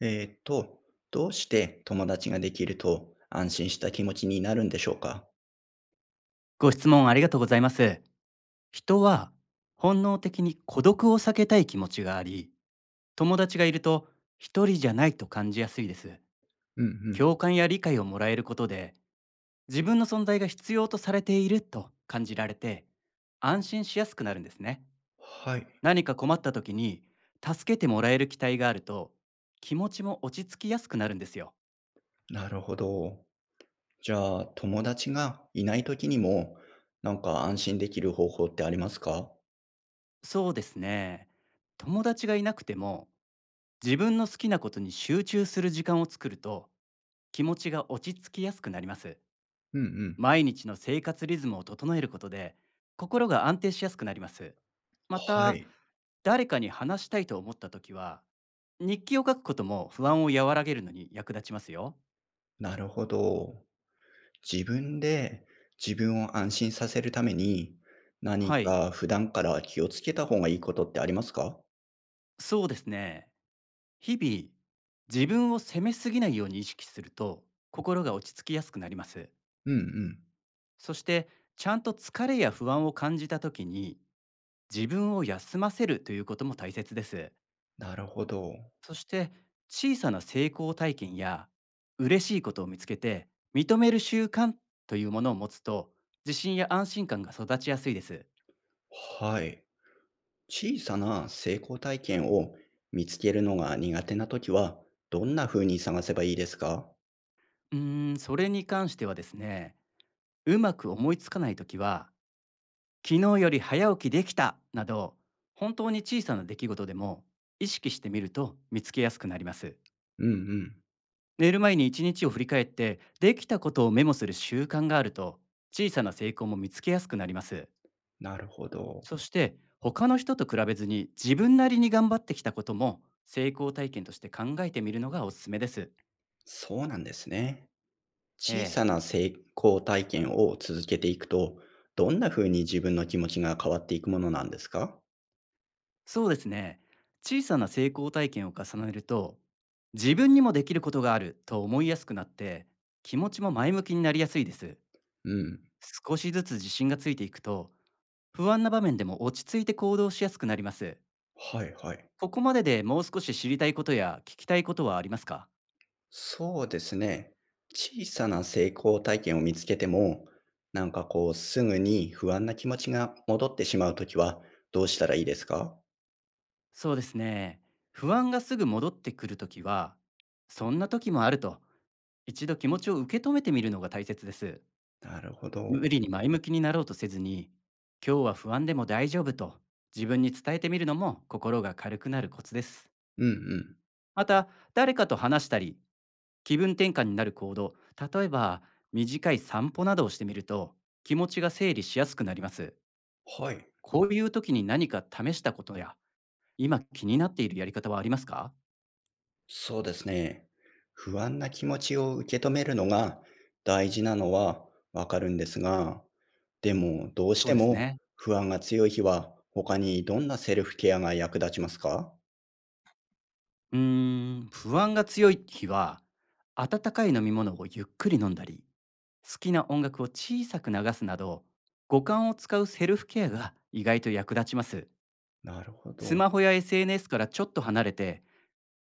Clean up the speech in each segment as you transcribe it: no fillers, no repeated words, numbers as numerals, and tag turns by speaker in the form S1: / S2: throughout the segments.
S1: えーっと、どうして友達ができると安心した気持ちになるんでしょうか？
S2: ご質問ありがとうございます。人は本能的に孤独を避けたい気持ちがあり、友達がいると一人じゃないと感じやすいです。
S1: うんうん。
S2: 共感や理解をもらえることで、自分の存在が必要とされていると感じられて、安心しやすくなるんですね。
S1: はい、
S2: 何か困った時に助けてもらえる期待があると、気持ちも落ち着きやすくなるんですよ。
S1: なるほど。じゃあ、友達がいない時にも、なんか安心できる方法ってありますか？
S2: そうですね。友達がいなくても、自分の好きなことに集中する時間を作ると、気持ちが落ち着きやすくなります。
S1: うんうん。
S2: 毎日の生活リズムを整えることで、心が安定しやすくなります。ま
S1: は
S2: た、
S1: い、
S2: 誰かに話したいと思った時は、日記を書くことも不安を和らげるのに役立ちますよ。
S1: なるほど。自分で自分を安心させるために、何
S2: はい、
S1: か普段から気をつけた方がいいことってありますか？
S2: そうですね。日々、自分を責めすぎないように意識すると、心が落ち着きやすくなります。
S1: うんうん。
S2: そして、ちゃんと疲れや不安を感じた時に、自分を休ませるということも大切です。
S1: なるほど。
S2: そして、小さな成功体験や嬉しいことを見つけて認める習慣というものを持つと、自信や安心感が育ちやすいです。
S1: はい。小さな成功体験を見つけるのが苦手な時は、どんな風に探せばいいですか？
S2: うーん、それに関してはですね、うまく思いつかないときは、昨日より早起きできたなど、本当に小さな出来事でも意識してみると見つけやすくなります。
S1: うんうん。
S2: 寝る前に一日を振り返って、できたことをメモする習慣があると、小さな成功も見つけやすくなります。
S1: なるほど。
S2: そして、他の人と比べずに自分なりに頑張ってきたことも成功体験として考えてみるのがおすすめです。
S1: そうなんですね。
S2: え
S1: 小さ
S2: え、
S1: な成功体験を続けていくと、どんな風に自分の気持ちが変わっていくものなんですか？
S2: そうですね。小さな成功体験を重ねると、自分にもできることがあると思いやすくなって、気持ちも前向きになりやすいです。
S1: うん。
S2: 少しずつ自信がついていくと、不安な場面でも落ち着いて行動しやすくなります。
S1: はいはい。
S2: ここまででもう少し知りたいことや聞きたいことはありますか？
S1: そうですね。小さな成功体験を見つけても、なんかこう、すぐに不安な気持ちが戻ってしまうときは、どうしたらいいですか？
S2: そうですね。不安がすぐ戻ってくるときは、そんな時もあると、一度気持ちを受け止めてみるのが大切です。
S1: なるほど。
S2: 無理に前向きになろうとせずに、今日は不安でも大丈夫と自分に伝えてみるのも心が軽くなるコツです。
S1: うんうん。
S2: また、誰かと話したり、気分転換になる行動、例えば短い散歩などをしてみると、気持ちが整理しやすくなります。
S1: はい。
S2: こういう時に何か試したことや、今気になっているやり方はありますか？
S1: そうですね。不安な気持ちを受け止めるのが大事なのはわかるんですが、でもどうし
S2: そう
S1: て
S2: です
S1: も
S2: ね。
S1: 不安が強い日は他にどんなセルフケアが役立ちますか？
S2: うーん、不安が強い日は、温かい飲み物をゆっくり飲んだり、好きな音楽を小さく流すなど、五感を使うセルフケアが意外と役立ちます。
S1: なるほ
S2: ス
S1: ど。
S2: マホや SNS からちょっと離れて、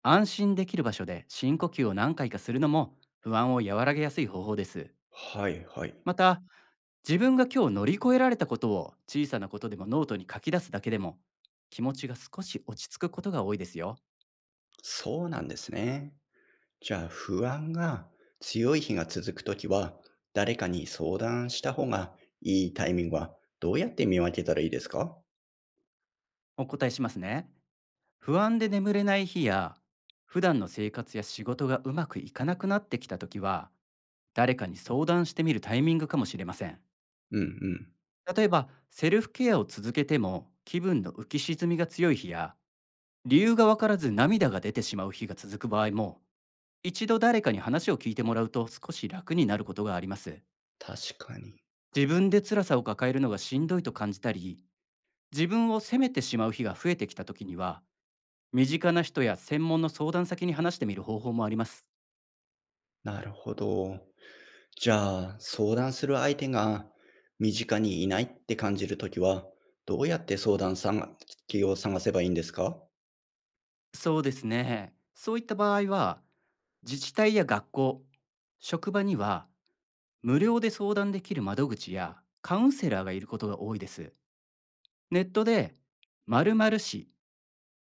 S2: 安心できる場所で深呼吸を何回かするのも不安を和らげやすい方法です。
S1: はいはい。
S2: また、自分が今日乗り越えられたことを小さなことでもノートに書き出すだけでも、気持ちが少し落ち着くことが多いですよ。
S1: そうなんですね。じゃあ不安が強い日が続くときは誰かに相談した方がいいタイミングはどうやって見分けたらいいですか？
S2: お答えしますね。不安で眠れない日や、普段の生活や仕事がうまくいかなくなってきた時は、誰かに相談してみるタイミングかもしれません。
S1: うんうん。
S2: 例えば、セルフケアを続けても気分の浮き沈みが強い日や、理由がわからず涙が出てしまう日が続く場合も、一度誰かに話を聞いてもらうと少し楽になることがあります。
S1: 確かに。
S2: 自分で辛さを抱えるのがしんどいと感じたり、自分を責めてしまう日が増えてきた時には、身近な人や専門の相談先に話してみる方法もあります。
S1: なるほど。じゃあ、相談する相手が身近にいないって感じるときは、どうやって相談先を探せばいいんですか？
S2: そうですね。そういった場合は、自治体や学校、職場には無料で相談できる窓口やカウンセラーがいることが多いです。ネットで〇〇市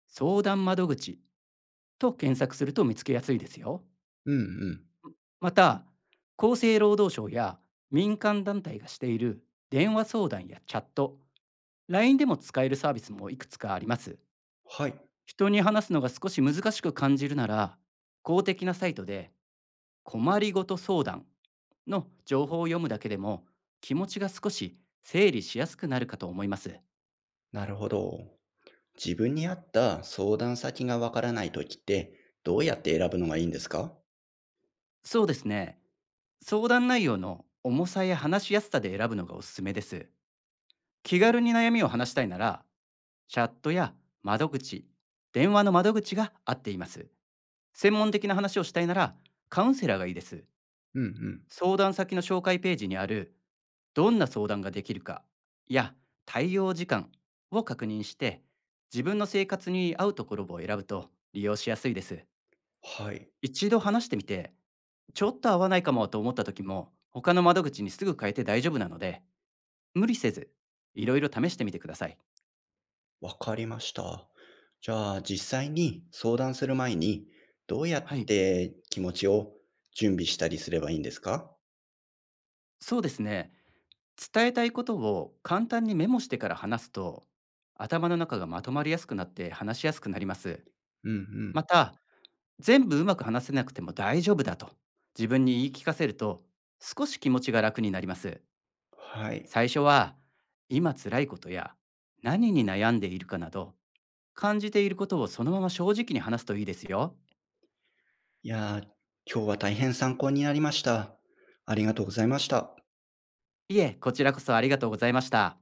S2: 相談窓口と検索すると見つけやすいですよ。
S1: うんうん。
S2: また、厚生労働省や民間団体がしている電話相談やチャット、LINE でも使えるサービスもいくつかあります。
S1: はい。
S2: 人に話すのが少し難しく感じるなら、公的なサイトで困りごと相談の情報を読むだけでも気持ちが少し整理しやすくなるかと思います。
S1: なるほど。自分に合った相談先がわからないときって、どうやって選ぶのがいいんですか？
S2: そうですね。相談内容の重さや話しやすさで選ぶのがおすすめです。気軽に悩みを話したいなら、チャットや窓口、電話の窓口が合っています。専門的な話をしたいなら、カウンセラーがいいです。
S1: うんうん。
S2: 相談先の紹介ページにある「どんな相談ができるか」や「対応時間」を確認して、自分の生活に合うところを選ぶと利用しやすいです。
S1: はい。
S2: 一度話してみてちょっと合わないかもと思った時も、他の窓口にすぐ変えて大丈夫なので、無理せずいろいろ試してみてください。
S1: わかりました。じゃあ、実際に相談する前に、どうや
S2: は
S1: っ
S2: い、
S1: て気持ちを準備したりすればいいんですか？
S2: そうですね。伝えたいことを簡単にメモしてから話すと、頭の中がまとまりやすくなって話しやすくなります。
S1: うんうん。
S2: また、全部うまく話せなくても大丈夫だと自分に言い聞かせると、少し気持ちが楽になります。
S1: はい。
S2: 最初は今辛いことや何に悩んでいるかなど、感じていることをそのまま正直に話すといいですよ。
S1: いやー、今日は大変参考になりました。ありがとうございました。
S2: いえ、こちらこそありがとうございました。